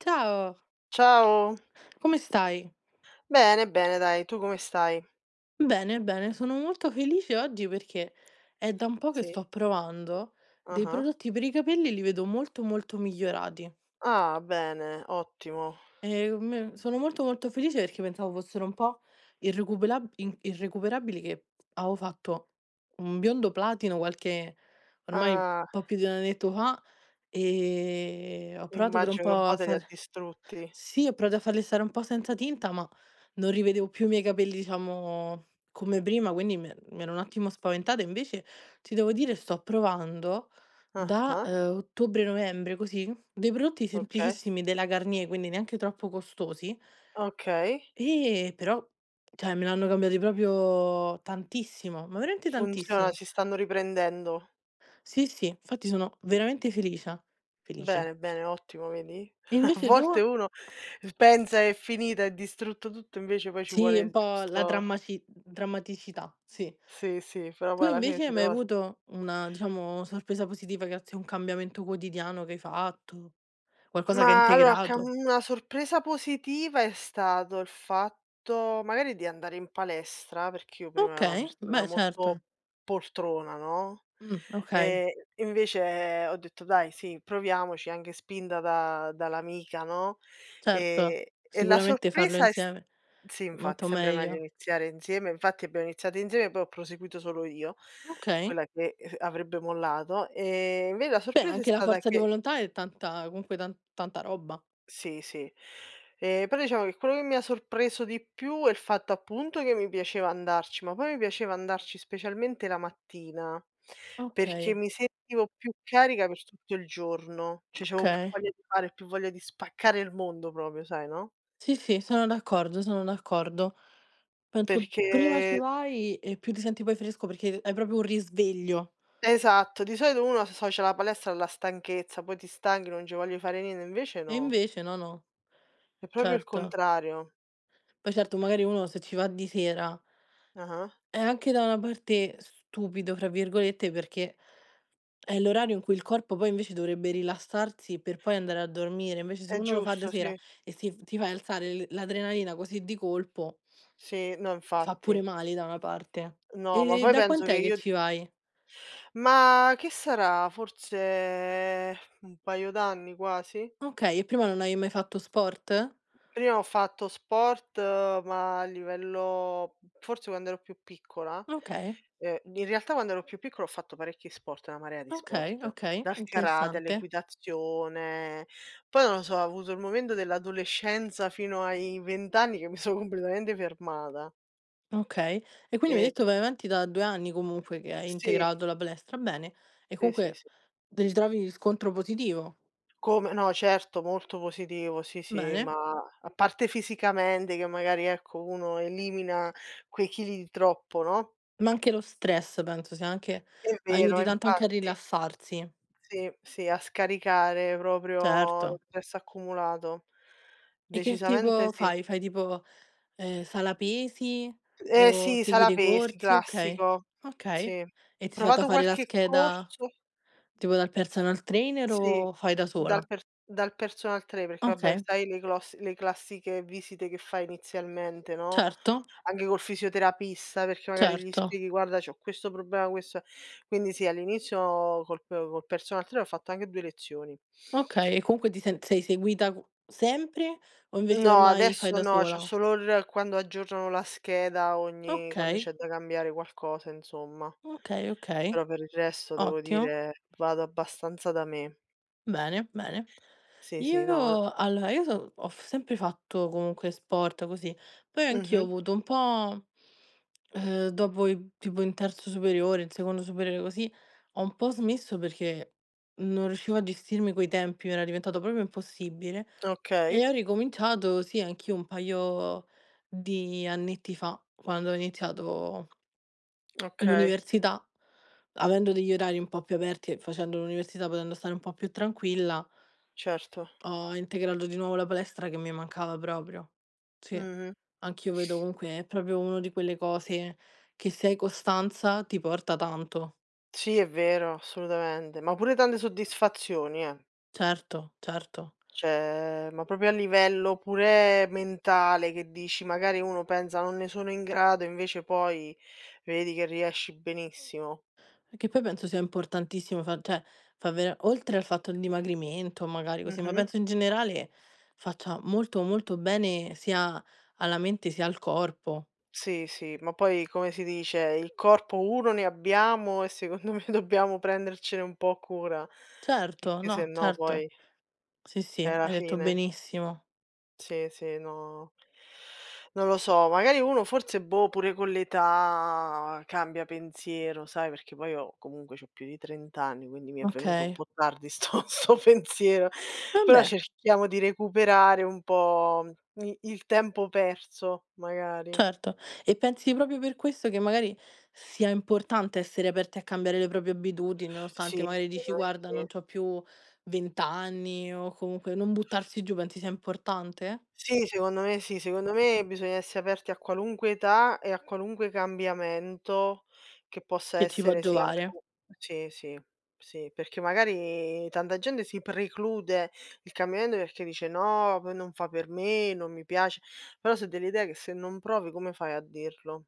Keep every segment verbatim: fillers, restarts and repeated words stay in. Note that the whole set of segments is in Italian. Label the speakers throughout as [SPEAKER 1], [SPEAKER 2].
[SPEAKER 1] Ciao,
[SPEAKER 2] Ciao.
[SPEAKER 1] come stai?
[SPEAKER 2] Bene, bene dai, tu come stai?
[SPEAKER 1] Bene, bene, sono molto felice oggi perché è da un po' che
[SPEAKER 2] Sì.
[SPEAKER 1] sto provando dei
[SPEAKER 2] Ah-ah.
[SPEAKER 1] prodotti per i capelli, e li vedo molto molto migliorati.
[SPEAKER 2] Ah, Ah, bene, ottimo.
[SPEAKER 1] E me- sono molto molto felice perché pensavo fossero un po' irrecuperab- in- irrecuperabili, che avevo fatto un biondo platino qualche, ormai un
[SPEAKER 2] Ah,
[SPEAKER 1] po' più di un annetto fa. Ehm, ho provato per un
[SPEAKER 2] immagino che un
[SPEAKER 1] po'
[SPEAKER 2] po'
[SPEAKER 1] a
[SPEAKER 2] te li ha
[SPEAKER 1] far
[SPEAKER 2] distrutti.
[SPEAKER 1] sì, ho provato a farle stare un po' senza tinta, ma non rivedevo più i miei capelli, diciamo, come prima, quindi mi e mi ero un attimo spaventata. Invece, ti devo dire, sto provando da,
[SPEAKER 2] Ah-ah,
[SPEAKER 1] ehm, ottobre-novembre, così, dei prodotti
[SPEAKER 2] okay,
[SPEAKER 1] semplicissimi della Garnier, quindi neanche troppo costosi,
[SPEAKER 2] okay.
[SPEAKER 1] e però cioè me l'hanno cambiati proprio tantissimo, ma veramente
[SPEAKER 2] Funziona,
[SPEAKER 1] tantissimo.
[SPEAKER 2] si stanno riprendendo.
[SPEAKER 1] Sì, sì, infatti sono veramente felice, felice.
[SPEAKER 2] Bene, bene, ottimo, vedi?
[SPEAKER 1] E
[SPEAKER 2] A
[SPEAKER 1] invece tu?
[SPEAKER 2] volte uno pensa è finita, è distrutto tutto, invece poi ci
[SPEAKER 1] Sì,
[SPEAKER 2] vuole
[SPEAKER 1] un
[SPEAKER 2] il
[SPEAKER 1] po' la
[SPEAKER 2] giusto.
[SPEAKER 1] drammaci drammaticità, sì.
[SPEAKER 2] Sì, sì, però
[SPEAKER 1] Tu
[SPEAKER 2] poi alla fine
[SPEAKER 1] invece hai
[SPEAKER 2] si
[SPEAKER 1] mai
[SPEAKER 2] trova.
[SPEAKER 1] avuto una, diciamo, sorpresa positiva grazie a un cambiamento quotidiano che hai fatto? Qualcosa che hai
[SPEAKER 2] Ma allora, cam
[SPEAKER 1] integrato?
[SPEAKER 2] una sorpresa positiva è stato il fatto magari di andare in palestra, perché io prima ero una
[SPEAKER 1] Okay,
[SPEAKER 2] persona
[SPEAKER 1] beh certo.
[SPEAKER 2] molto poltrona, no.
[SPEAKER 1] Mh, okay,
[SPEAKER 2] ehm, Invece ho detto: "Dai sì, proviamoci", anche spinta da dall'amica, no,
[SPEAKER 1] certo.
[SPEAKER 2] ehm, e la
[SPEAKER 1] Sicuramente farlo
[SPEAKER 2] sorpresa è s
[SPEAKER 1] insieme
[SPEAKER 2] sì
[SPEAKER 1] è
[SPEAKER 2] infatti,
[SPEAKER 1] molto
[SPEAKER 2] sempre meglio
[SPEAKER 1] meglio.
[SPEAKER 2] iniziare insieme, infatti abbiamo iniziato insieme, poi ho proseguito solo io,
[SPEAKER 1] Okay.
[SPEAKER 2] quella che, ehm, avrebbe mollato, ehm, inve la
[SPEAKER 1] Beh,
[SPEAKER 2] sorpresa è
[SPEAKER 1] anche la
[SPEAKER 2] stata
[SPEAKER 1] forza di
[SPEAKER 2] che
[SPEAKER 1] volontà è tanta comunque tan tanta roba.
[SPEAKER 2] sì, sì. Ehm, però diciamo che quello che mi ha sorpreso di più è il fatto appunto che mi piaceva andarci, ma poi mi piaceva andarci specialmente la mattina, perché
[SPEAKER 1] Okay,
[SPEAKER 2] mi sentivo più carica per tutto il giorno, cioè c'avevo più
[SPEAKER 1] okay.
[SPEAKER 2] voglia di fare, più voglia di spaccare il mondo proprio, sai, no.
[SPEAKER 1] Sì, sì, sono d'accordo, sono d'accordo. Penso prima ci
[SPEAKER 2] perché
[SPEAKER 1] vai e più ti senti poi fresco perché hai proprio un risveglio.
[SPEAKER 2] Esatto, di solito uno associa la palestra alla stanchezza, poi ti stanchi, non ci voglio fare niente, invece
[SPEAKER 1] E
[SPEAKER 2] no,
[SPEAKER 1] invece no, no,
[SPEAKER 2] è proprio il
[SPEAKER 1] certo.
[SPEAKER 2] contrario.
[SPEAKER 1] Poi certo magari uno se ci va di sera
[SPEAKER 2] Ah-ah.
[SPEAKER 1] è anche da una parte "stupido" fra virgolette, perché è l'orario in cui il corpo poi invece dovrebbe rilassarsi per poi andare a dormire, invece se
[SPEAKER 2] È
[SPEAKER 1] uno lo fa di
[SPEAKER 2] giusto,
[SPEAKER 1] sera
[SPEAKER 2] sì.
[SPEAKER 1] e si ti fai alzare l l'adrenalina così di colpo,
[SPEAKER 2] Sì, no
[SPEAKER 1] fa
[SPEAKER 2] infatti.
[SPEAKER 1] pure male da una parte.
[SPEAKER 2] No, ma
[SPEAKER 1] E
[SPEAKER 2] poi
[SPEAKER 1] da
[SPEAKER 2] penso che
[SPEAKER 1] quant'è che
[SPEAKER 2] io.
[SPEAKER 1] ci vai?
[SPEAKER 2] Ma che sarà? Forse un paio d'anni quasi?
[SPEAKER 1] Okay, e prima non hai mai fatto sport?
[SPEAKER 2] Prima ho fatto sport, eh, ma a livello forse quando ero più piccola.
[SPEAKER 1] Okay,
[SPEAKER 2] Ehm, in realtà quando ero più piccola ho fatto parecchi sport, una marea di
[SPEAKER 1] okay,
[SPEAKER 2] sport,
[SPEAKER 1] okay,
[SPEAKER 2] dal karate
[SPEAKER 1] interessante.
[SPEAKER 2] all'equitazione. Poi non lo so, ho avuto il momento dell'adolescenza fino ai venti anni che mi sono completamente fermata.
[SPEAKER 1] Okay. E quindi mi
[SPEAKER 2] Ehm
[SPEAKER 1] hai detto vai avanti da due anni comunque che hai
[SPEAKER 2] sì,
[SPEAKER 1] integrato la palestra, bene. E
[SPEAKER 2] sì, sì,
[SPEAKER 1] comunque
[SPEAKER 2] sì.
[SPEAKER 1] ti ritrovi riscontro positivo,
[SPEAKER 2] Come no, certo, molto positivo, sì, sì,
[SPEAKER 1] bene.
[SPEAKER 2] ma a parte fisicamente che magari, ecco, uno elimina quei chili di troppo, no,
[SPEAKER 1] Ma anche lo stress penso sia anche
[SPEAKER 2] è vero,
[SPEAKER 1] aiuti tanto anche a
[SPEAKER 2] infatti.
[SPEAKER 1] rilassarsi.
[SPEAKER 2] Sì, sì, a scaricare proprio
[SPEAKER 1] Certo.
[SPEAKER 2] lo stress accumulato.
[SPEAKER 1] E che
[SPEAKER 2] Decisamente
[SPEAKER 1] tipo
[SPEAKER 2] sì.
[SPEAKER 1] fai? Fai tipo, ehm, sala pesi
[SPEAKER 2] Eh
[SPEAKER 1] o
[SPEAKER 2] sì,
[SPEAKER 1] segui
[SPEAKER 2] sala
[SPEAKER 1] dei
[SPEAKER 2] pesi,
[SPEAKER 1] corsi? Okay,
[SPEAKER 2] classico.
[SPEAKER 1] okay.
[SPEAKER 2] Sì.
[SPEAKER 1] E
[SPEAKER 2] Ho
[SPEAKER 1] ti sei fatta
[SPEAKER 2] provato
[SPEAKER 1] fare la
[SPEAKER 2] qualche
[SPEAKER 1] scheda
[SPEAKER 2] corso
[SPEAKER 1] tipo dal
[SPEAKER 2] s
[SPEAKER 1] personal trainer
[SPEAKER 2] sì,
[SPEAKER 1] o fai da sola?
[SPEAKER 2] dal per dal personal trainer, perché vabbè,
[SPEAKER 1] Okay,
[SPEAKER 2] sai le clos le classiche visite che fai inizialmente, no?
[SPEAKER 1] certo,
[SPEAKER 2] Anche col fisioterapista, perché magari gli
[SPEAKER 1] certo.
[SPEAKER 2] spieghi: "Guarda, c'ho questo problema, questo", quindi sì, all'inizio col p col personal trainer ho fatto anche due lezioni.
[SPEAKER 1] Okay, e comunque ti sen sei seguita co sempre o invece
[SPEAKER 2] No,
[SPEAKER 1] ormai fai
[SPEAKER 2] adesso
[SPEAKER 1] da
[SPEAKER 2] no, c'ho
[SPEAKER 1] sola?
[SPEAKER 2] solo il quando aggiornano la scheda, ogni quando
[SPEAKER 1] Okay,
[SPEAKER 2] c'è da cambiare qualcosa, insomma.
[SPEAKER 1] okay, okay,
[SPEAKER 2] Però per il resto devo
[SPEAKER 1] ottimo.
[SPEAKER 2] dire vado abbastanza da me.
[SPEAKER 1] Bene, bene.
[SPEAKER 2] Sì, sì, no,
[SPEAKER 1] Io allora, io so ho f sempre fatto comunque sport così, poi anch'io ho
[SPEAKER 2] mh-mh.
[SPEAKER 1] avuto un po', ehm, dopo i tipo in terzo superiore, in secondo superiore così, ho un po' smesso perché non riuscivo a gestirmi quei tempi, era diventato proprio impossibile
[SPEAKER 2] Okay,
[SPEAKER 1] e ho ricominciato, sì, anch'io un paio di annetti fa, quando ho iniziato
[SPEAKER 2] okay,
[SPEAKER 1] l'università, avendo degli orari un po' più aperti e facendo l'università, potendo stare un po' più tranquilla
[SPEAKER 2] certo.
[SPEAKER 1] ho integrato di nuovo la palestra che mi mancava proprio. Sì,
[SPEAKER 2] Mh-mh.
[SPEAKER 1] anch'io vedo comunque è proprio uno di quelle cose che se hai costanza ti porta tanto.
[SPEAKER 2] Sì, è vero, assolutamente, ma pure tante soddisfazioni, eh.
[SPEAKER 1] Certo, certo.
[SPEAKER 2] Cioè, ma proprio a livello pure mentale, che dici magari uno pensa: "Non ne sono in grado", invece poi vedi che riesci benissimo.
[SPEAKER 1] Che poi penso sia importantissimo fa cioè fa vera oltre al fatto il dimagrimento magari così, ma
[SPEAKER 2] Mh-mh.
[SPEAKER 1] penso in generale faccia molto, molto bene sia alla mente sia al corpo.
[SPEAKER 2] Sì, sì, ma poi come si dice, il corpo uno ne abbiamo e secondo me dobbiamo prendercene un po' cura,
[SPEAKER 1] Certo,
[SPEAKER 2] perché
[SPEAKER 1] no,
[SPEAKER 2] sennò
[SPEAKER 1] certo.
[SPEAKER 2] poi
[SPEAKER 1] Sì, sì,
[SPEAKER 2] è la
[SPEAKER 1] hai detto
[SPEAKER 2] fine.
[SPEAKER 1] benissimo.
[SPEAKER 2] Sì, sì, no, non lo so, magari uno forse, boh, pure con l'età cambia pensiero, sai, perché poi io comunque c'ho più di trenta anni, quindi mi è venuto un
[SPEAKER 1] Okay.
[SPEAKER 2] po' tardi sto sto pensiero, però
[SPEAKER 1] Vabbè.
[SPEAKER 2] cerchiamo di recuperare un po' i il tempo perso, magari.
[SPEAKER 1] Certo. E pensi proprio per questo che magari sia importante essere aperti a cambiare le proprie abitudini,
[SPEAKER 2] Sì,
[SPEAKER 1] nonostante magari dici:
[SPEAKER 2] secondo me
[SPEAKER 1] "Guarda, non
[SPEAKER 2] sì.
[SPEAKER 1] c'ho più venti anni", o comunque non buttarsi giù, pensi sia importante?
[SPEAKER 2] Sì, secondo me sì, secondo me bisogna essere aperti a qualunque età e a qualunque cambiamento che possa
[SPEAKER 1] Che ci può
[SPEAKER 2] essere sia per
[SPEAKER 1] giovare?
[SPEAKER 2] u sì, sì, sì, perché magari tanta gente si preclude il cambiamento perché dice: "No, poi non fa per me, non mi piace". Però so' dell'idea che se non provi come fai a dirlo?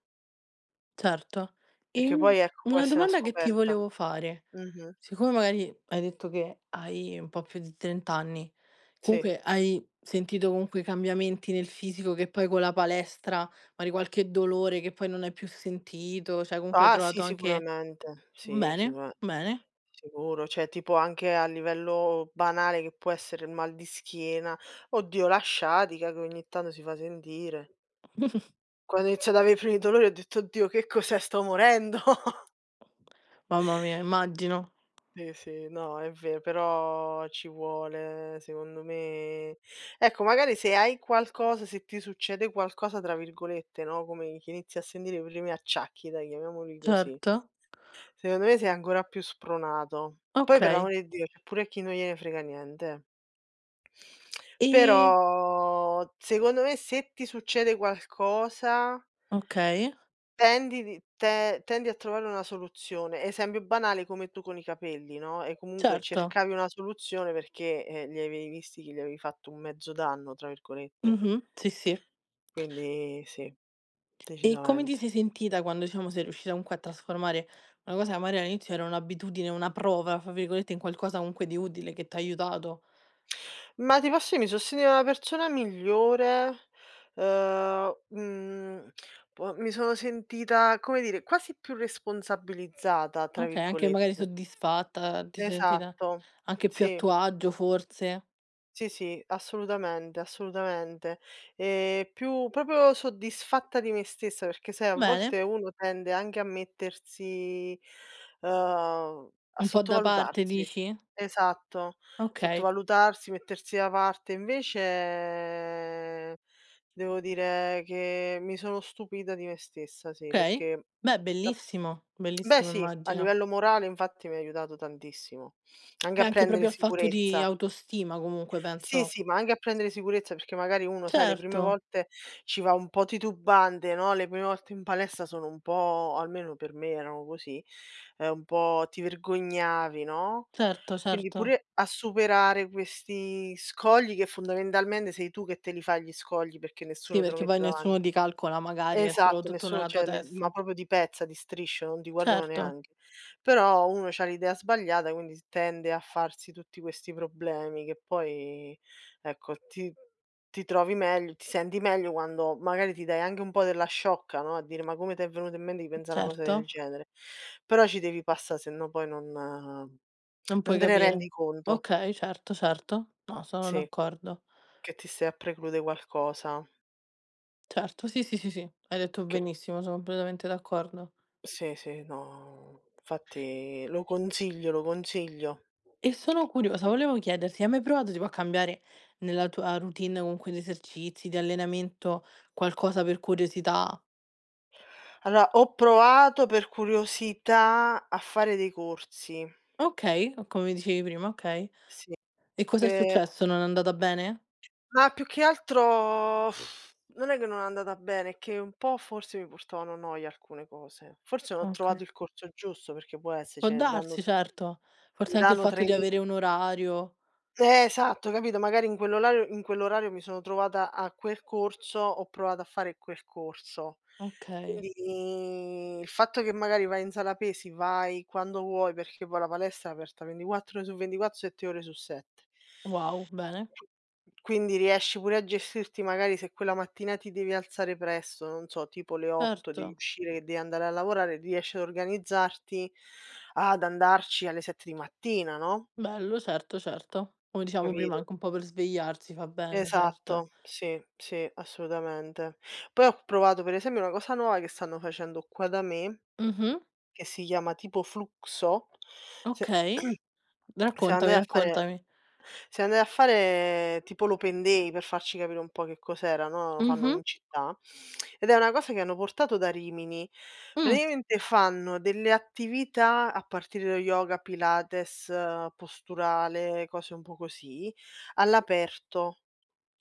[SPEAKER 1] Certo.
[SPEAKER 2] Perché
[SPEAKER 1] Ehm,
[SPEAKER 2] poi, ecco, può
[SPEAKER 1] una
[SPEAKER 2] essere una
[SPEAKER 1] domanda che ti
[SPEAKER 2] scoperta.
[SPEAKER 1] volevo fare,
[SPEAKER 2] Mh-mh.
[SPEAKER 1] siccome magari hai detto che hai un po' più di trenta anni,
[SPEAKER 2] Sì.
[SPEAKER 1] comunque hai sentito comunque cambiamenti nel fisico che poi con la palestra, magari qualche dolore che poi non hai più sentito, cioè comunque hai
[SPEAKER 2] Ah sì,
[SPEAKER 1] trovato anche
[SPEAKER 2] sicuramente. Sì,
[SPEAKER 1] bene,
[SPEAKER 2] sicura
[SPEAKER 1] bene.
[SPEAKER 2] sicuro. Cioè, tipo anche a livello banale che può essere il mal di schiena. Oddio, la sciatica che ogni tanto si fa sentire. Quando ho iniziato ad avere i primi dolori ho detto: "Oddio, che cos'è? Sto morendo."
[SPEAKER 1] Mamma mia, immagino.
[SPEAKER 2] Sì, sì, no, è vero, però ci vuole, secondo me, ecco, magari se hai qualcosa, se ti succede qualcosa tra virgolette, no, come che inizi a sentire i primi acciacchi, dai, chiamiamoli così.
[SPEAKER 1] Certo.
[SPEAKER 2] Secondo me sei ancora più spronato. Poi, per
[SPEAKER 1] Okay.
[SPEAKER 2] l'amore di Dio, c'è pure chi non gliene frega niente.
[SPEAKER 1] E
[SPEAKER 2] Però secondo me, se ti succede qualcosa,
[SPEAKER 1] okay,
[SPEAKER 2] tendi di te tendi a trovare una soluzione. Esempio banale come tu con i capelli, no, e comunque
[SPEAKER 1] certo.
[SPEAKER 2] cercavi una soluzione perché, ehm, li avevi visti che gli avevi fatto un mezzo danno, tra virgolette.
[SPEAKER 1] Mh-mh. Sì, sì.
[SPEAKER 2] Quindi sì,
[SPEAKER 1] E come ti
[SPEAKER 2] decisamente.
[SPEAKER 1] sei sentita quando, diciamo, sei riuscita comunque a trasformare una cosa che magari all'inizio era un'abitudine, una "prova", fra virgolette, in qualcosa comunque di utile che t'ha aiutato?
[SPEAKER 2] Ma ti posso dire, mi sostieni una persona migliore, uhm, mhmm, po mi sono sentita, come dire, quasi più "responsabilizzata" tra
[SPEAKER 1] Okay, anche magari
[SPEAKER 2] virgolette.
[SPEAKER 1] soddisfatta, ti sei sentita
[SPEAKER 2] Esatto,
[SPEAKER 1] anche più a
[SPEAKER 2] sì.
[SPEAKER 1] tuo agio forse?
[SPEAKER 2] Sì, sì, assolutamente, assolutamente. Ehm, più proprio soddisfatta di me stessa, perché sai a
[SPEAKER 1] Bene,
[SPEAKER 2] volte uno tende anche a mettersi, uhm, a
[SPEAKER 1] un po' da parte
[SPEAKER 2] sottovalutarsi.
[SPEAKER 1] dici?
[SPEAKER 2] Esatto,
[SPEAKER 1] Okay,
[SPEAKER 2] sottovalutarsi, mettersi da parte. Invece devo dire che mi sono stupita di me stessa, sì,
[SPEAKER 1] okay.
[SPEAKER 2] perché
[SPEAKER 1] Beh,
[SPEAKER 2] da
[SPEAKER 1] bellissimo,
[SPEAKER 2] beh
[SPEAKER 1] bellissimo
[SPEAKER 2] sì, a
[SPEAKER 1] immagino.
[SPEAKER 2] livello morale infatti mi ha aiutato tantissimo, anche a
[SPEAKER 1] Beh, anche
[SPEAKER 2] prendere
[SPEAKER 1] proprio al fatto di
[SPEAKER 2] sicurezza.
[SPEAKER 1] autostima comunque
[SPEAKER 2] Sì,
[SPEAKER 1] penso
[SPEAKER 2] sì, ma anche a prendere sicurezza, perché magari uno, sai, le prime
[SPEAKER 1] certo,
[SPEAKER 2] volte ci va un po' titubante, no, le prime volte in palestra sono un po', almeno per me erano così, ehm, un po' ti vergognavi, no,
[SPEAKER 1] certo,
[SPEAKER 2] quindi
[SPEAKER 1] certo.
[SPEAKER 2] pure a superare questi scogli che fondamentalmente sei tu che te li fai, gli scogli, perché
[SPEAKER 1] Sì,
[SPEAKER 2] nessuno te lo
[SPEAKER 1] perché poi
[SPEAKER 2] mette davan.
[SPEAKER 1] nessuno ti calcola magari, è solo
[SPEAKER 2] Esatto,
[SPEAKER 1] tutto
[SPEAKER 2] nessuno,
[SPEAKER 1] nella tua
[SPEAKER 2] cioè ne, ma
[SPEAKER 1] testa.
[SPEAKER 2] proprio di pezza, di striscio, non ti guardano
[SPEAKER 1] Certo,
[SPEAKER 2] neanche. Però uno c'ha l'idea sbagliata, quindi s tende a farsi tutti questi problemi che poi, ecco, ti ti trovi meglio, ti senti meglio quando magari ti dai anche un po' della sciocca, no, a dire: "Ma come t'è venuto in mente di pensare a una cosa del
[SPEAKER 1] certo,
[SPEAKER 2] genere?" Però ci devi passà, se no poi non
[SPEAKER 1] non
[SPEAKER 2] non
[SPEAKER 1] puoi
[SPEAKER 2] te ne rendi
[SPEAKER 1] capire.
[SPEAKER 2] conto.
[SPEAKER 1] Okay, certo, certo. No, sono
[SPEAKER 2] Sì,
[SPEAKER 1] d'accordo.
[SPEAKER 2] che ti stai a preclude qualcosa
[SPEAKER 1] Certo, sì, sì, sì, sì, hai detto
[SPEAKER 2] che.
[SPEAKER 1] benissimo, sono completamente d'accordo.
[SPEAKER 2] Sì, sì, no, infatti lo consiglio, lo consiglio.
[SPEAKER 1] E sono curiosa, volevo chiederti, hai mai provato tipo a cambiare nella tua routine comunque di esercizi, di allenamento, qualcosa per curiosità?
[SPEAKER 2] Allora, ho provato per curiosità a fare dei corsi,
[SPEAKER 1] Okay, come dicevi prima, okay.
[SPEAKER 2] sì,
[SPEAKER 1] E cos'è
[SPEAKER 2] pe
[SPEAKER 1] successo? Non è andata bene?
[SPEAKER 2] ma più che altro non è che non è andata bene, è che un po' forse mi portavano noia alcune cose. Forse non ho trovato
[SPEAKER 1] Okay.
[SPEAKER 2] il corso giusto, perché può essere,
[SPEAKER 1] Può
[SPEAKER 2] ce ne danno
[SPEAKER 1] darsi, certo.
[SPEAKER 2] ne
[SPEAKER 1] Forse anche il
[SPEAKER 2] danno
[SPEAKER 1] fatto di
[SPEAKER 2] tremila.
[SPEAKER 1] avere un orario.
[SPEAKER 2] Eh, esatto, capito? Magari in quell'orario in quell'orario mi sono trovata a quel corso, ho provato a fare quel corso.
[SPEAKER 1] Okay.
[SPEAKER 2] Quindi il fatto che magari vai in sala pesi, vai quando vuoi, perché poi la palestra è aperta ventiquattro ore su ventiquattro, sette ore su sette.
[SPEAKER 1] Wow, bene.
[SPEAKER 2] Quindi riesci pure a gestirti, magari se quella mattina ti devi alzare presto, non so, tipo le otto
[SPEAKER 1] Certo.
[SPEAKER 2] devi uscire che devi andare a lavorare, riesci ad organizzarti ad andarci alle sette di mattina, no,
[SPEAKER 1] Bello, certo, certo. Come dicevamo prima,
[SPEAKER 2] capito?
[SPEAKER 1] anche un po' per svegliarsi fa bene, certo.
[SPEAKER 2] Esatto, sì, sì, assolutamente. Poi ho provato per esempio una cosa nuova che stanno facendo qua da me,
[SPEAKER 1] Mh-mh,
[SPEAKER 2] che si chiama tipo Fluxo. Se
[SPEAKER 1] okay.
[SPEAKER 2] siamo
[SPEAKER 1] Raccontami,
[SPEAKER 2] andati a fare
[SPEAKER 1] raccontami.
[SPEAKER 2] siamo andati a fare tipo l'open day per farci capire un po' che cos'era, no, lo fanno
[SPEAKER 1] Mh-mh.
[SPEAKER 2] in città, ed è una cosa che hanno portato da Rimini.
[SPEAKER 1] Mh,
[SPEAKER 2] Praticamente fanno delle attività a partire da yoga, pilates, eh, posturale, cose un po' così, all'aperto,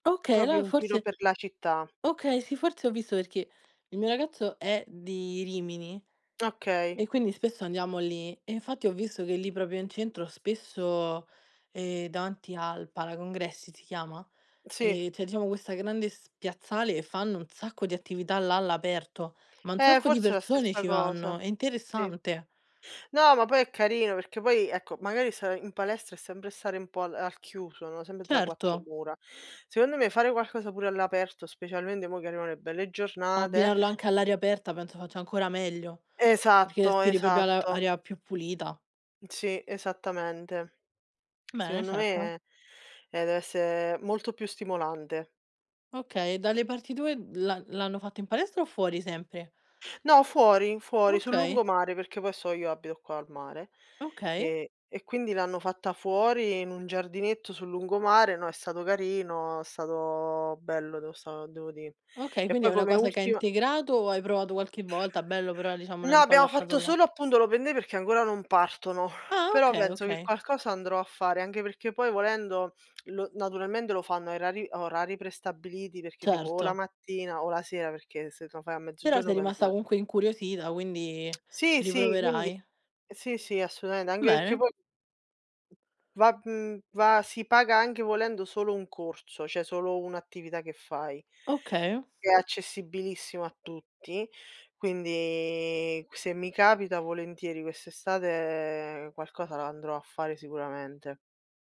[SPEAKER 1] okay,
[SPEAKER 2] proprio
[SPEAKER 1] allora
[SPEAKER 2] in giro
[SPEAKER 1] forse
[SPEAKER 2] per la città.
[SPEAKER 1] okay, sì, forse ho visto perché il mio ragazzo è di Rimini
[SPEAKER 2] Okay,
[SPEAKER 1] e quindi spesso andiamo lì e infatti ho visto che lì proprio in centro spesso, ehm, davanti al Palacongressi si chiama?
[SPEAKER 2] sì.
[SPEAKER 1] Ehm, c'è diciamo questa grande spiazzale e fanno un sacco di attività là all'aperto, ma un
[SPEAKER 2] Eh,
[SPEAKER 1] sacco di
[SPEAKER 2] forse è la
[SPEAKER 1] persone
[SPEAKER 2] stessa
[SPEAKER 1] ci
[SPEAKER 2] cosa.
[SPEAKER 1] vanno, è
[SPEAKER 2] Sì.
[SPEAKER 1] interessante.
[SPEAKER 2] No, ma poi è carino perché, poi, ecco, magari stare in palestra è sempre stare un po' al al chiuso, no, sempre tra
[SPEAKER 1] Certo,
[SPEAKER 2] quattro mura. Secondo me fare qualcosa pure all'aperto, specialmente mo' che arrivano le belle giornate.
[SPEAKER 1] abbinarlo anche all'aria aperta penso faccia ancora meglio, perché
[SPEAKER 2] Esatto,
[SPEAKER 1] respiri proprio ala
[SPEAKER 2] esatto.
[SPEAKER 1] aria più pulita.
[SPEAKER 2] Sì, esattamente. Ehm,
[SPEAKER 1] Bene,
[SPEAKER 2] Secondo
[SPEAKER 1] certo.
[SPEAKER 2] me, eh, deve essere molto più stimolante.
[SPEAKER 1] Okay, dalle parti tue l'ha l'hanno fatto in palestra o fuori sempre?
[SPEAKER 2] No, fuori, fuori, sul
[SPEAKER 1] Okay,
[SPEAKER 2] lungomare, perché poi so io abito qua al mare,
[SPEAKER 1] okay,
[SPEAKER 2] ehm, e quindi l'hanno fatta fuori in un giardinetto sul lungomare, no, è stato carino, è stato bello, devo sta devo dì.
[SPEAKER 1] okay,
[SPEAKER 2] E
[SPEAKER 1] quindi
[SPEAKER 2] poi
[SPEAKER 1] è una
[SPEAKER 2] come
[SPEAKER 1] cosa che hai
[SPEAKER 2] ultima.
[SPEAKER 1] integrato o hai provato qualche volta, bello però diciamo l'hai
[SPEAKER 2] No,
[SPEAKER 1] un po'
[SPEAKER 2] abbiamo
[SPEAKER 1] lasciato
[SPEAKER 2] fatto
[SPEAKER 1] là.
[SPEAKER 2] solo appunto l'open day perché ancora non partono,
[SPEAKER 1] Ah
[SPEAKER 2] però
[SPEAKER 1] okay,
[SPEAKER 2] penso che
[SPEAKER 1] okay,
[SPEAKER 2] qualcosa andrò a fare, anche perché poi volendo lo naturalmente lo fanno a erari a orari prestabiliti, perché tipo o la
[SPEAKER 1] certo.
[SPEAKER 2] mattina o la sera, perché se lo fai a
[SPEAKER 1] Però
[SPEAKER 2] mezzogiorno
[SPEAKER 1] sei
[SPEAKER 2] penso
[SPEAKER 1] rimasta
[SPEAKER 2] che
[SPEAKER 1] comunque incuriosita, quindi
[SPEAKER 2] sì, sì, quindi
[SPEAKER 1] riproverai.
[SPEAKER 2] Sì, sì, assolutamente, anche perché
[SPEAKER 1] Bene,
[SPEAKER 2] poi va mhmm, va si paga anche volendo solo un corso, cioè solo un'attività che fai.
[SPEAKER 1] okay.
[SPEAKER 2] È accessibilissimo a tutti, quindi se mi capita volentieri quest'estate qualcosa la andrò a fare sicuramente.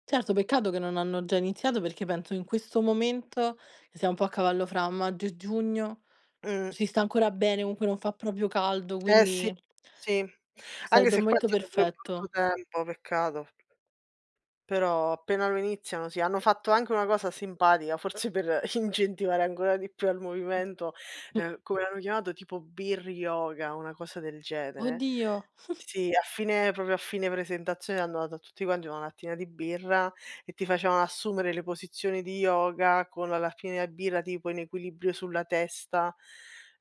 [SPEAKER 1] Certo, peccato che non hanno già iniziato perché penso in questo momento, che siamo un po' a cavallo fra maggio e giugno,
[SPEAKER 2] Mh.
[SPEAKER 1] si sta ancora bene, comunque non fa proprio caldo, eh sì,
[SPEAKER 2] Eh sì,
[SPEAKER 1] quindi
[SPEAKER 2] sì. Anche
[SPEAKER 1] sarebbe il
[SPEAKER 2] se qua è
[SPEAKER 1] momento
[SPEAKER 2] stato pure brutto
[SPEAKER 1] perfetto.
[SPEAKER 2] tempo, peccato. Però appena lo iniziano sì, hanno fatto anche una cosa simpatica, forse per incentivare ancora di più al movimento,
[SPEAKER 1] Mm,
[SPEAKER 2] ehm, come l'hanno chiamato, tipo "Beer Yoga", una cosa del genere.
[SPEAKER 1] oddio,
[SPEAKER 2] Sì, a fine, proprio a fine presentazione, hanno dato a tutti quanti una lattina di birra e ti facevano assumere le posizioni di yoga con la lattina di birra tipo in equilibrio sulla testa,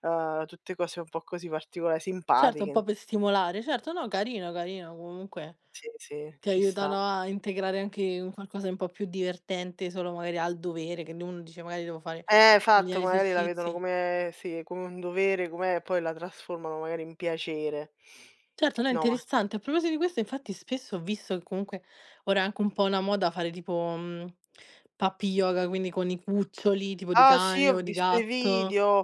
[SPEAKER 2] uhm, tutte cose un po' così particolari,
[SPEAKER 1] certo un
[SPEAKER 2] simpatiche.
[SPEAKER 1] po' per stimolare, certo, no, carino, carino, comunque
[SPEAKER 2] Sì, sì,
[SPEAKER 1] ti
[SPEAKER 2] ci sta.
[SPEAKER 1] aiutano a integrare anche un qualcosa un po' più divertente, solo magari al dovere, che uno dice: "Magari devo fare
[SPEAKER 2] Eh,
[SPEAKER 1] gli
[SPEAKER 2] esatto, magari la vedono
[SPEAKER 1] esercizi".
[SPEAKER 2] come sì, come un dovere, com'è, e poi la trasformano magari in piacere.
[SPEAKER 1] Certo, no, è
[SPEAKER 2] No, ma
[SPEAKER 1] interessante. A proposito di questo, infatti spesso ho visto che comunque ora è anche un po' una moda fare tipo, mhmm, puppy yoga, quindi con i cuccioli tipo di
[SPEAKER 2] ah sì,
[SPEAKER 1] cane
[SPEAKER 2] ho
[SPEAKER 1] o di
[SPEAKER 2] visto i
[SPEAKER 1] gatto.
[SPEAKER 2] video,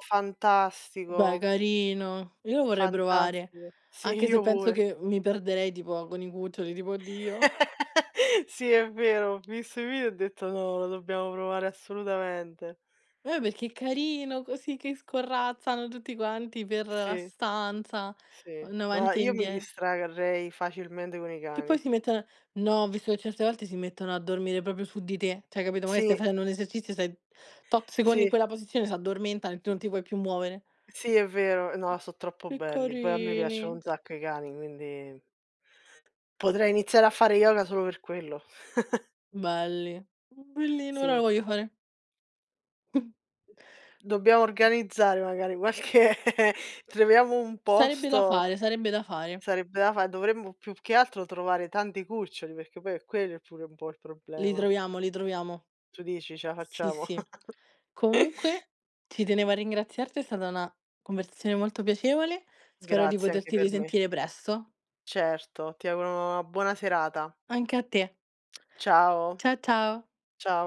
[SPEAKER 1] Beh,
[SPEAKER 2] fantastico,
[SPEAKER 1] carino. Io lo vorrei provare,
[SPEAKER 2] fantastico. Sì,
[SPEAKER 1] anche se
[SPEAKER 2] io
[SPEAKER 1] penso
[SPEAKER 2] pure.
[SPEAKER 1] che mi perderei tipo con i cuccioli, tipo: "Oddio".
[SPEAKER 2] Sì, è vero, ho visto i video e ho detto: "No, lo dobbiamo provare assolutamente."
[SPEAKER 1] Eh, perché è carino così che scorrazzano tutti quanti per la
[SPEAKER 2] Sì,
[SPEAKER 1] stanza,
[SPEAKER 2] sì.
[SPEAKER 1] vanno
[SPEAKER 2] No,
[SPEAKER 1] avanti e
[SPEAKER 2] io mi
[SPEAKER 1] indietro.
[SPEAKER 2] distrarrei facilmente con i
[SPEAKER 1] Che poi
[SPEAKER 2] cani.
[SPEAKER 1] si mettono No, ho visto che certe volte si mettono a dormire proprio su di te, cioè capito, magari stai
[SPEAKER 2] Sì,
[SPEAKER 1] facendo un esercizio, stai tot secondi in
[SPEAKER 2] sì,
[SPEAKER 1] quella posizione, s'addormentano e tu non ti puoi più muovere.
[SPEAKER 2] sì, è vero. No, so' troppo
[SPEAKER 1] Che
[SPEAKER 2] belli. Poi a me
[SPEAKER 1] carini,
[SPEAKER 2] piacciono un sacco i cani, quindi. Potrei iniziare a fare yoga solo per quello.
[SPEAKER 1] belli. Bellino, ora lo
[SPEAKER 2] Sì,
[SPEAKER 1] voglio fare.
[SPEAKER 2] dobbiamo organizzare magari qualche troviamo un
[SPEAKER 1] Sarebbe da
[SPEAKER 2] posto,
[SPEAKER 1] fare, sarebbe da fare.
[SPEAKER 2] sarebbe da fa dovremmo più che altro trovare tanti cuccioli, perché poi è quello è pure un po' il
[SPEAKER 1] Li
[SPEAKER 2] problema.
[SPEAKER 1] troviamo, li troviamo.
[SPEAKER 2] Tu dici ce la
[SPEAKER 1] Sì,
[SPEAKER 2] facciamo?
[SPEAKER 1] sì. Comunque ci tenevo a ringraziarti, è stata una conversazione molto piacevole. Spero di
[SPEAKER 2] Grazie anche
[SPEAKER 1] poterti
[SPEAKER 2] per me.
[SPEAKER 1] risentire presto.
[SPEAKER 2] Certo, ti auguro una buona serata.
[SPEAKER 1] Anche a te.
[SPEAKER 2] Ciao,
[SPEAKER 1] Cia ciao.
[SPEAKER 2] ciao.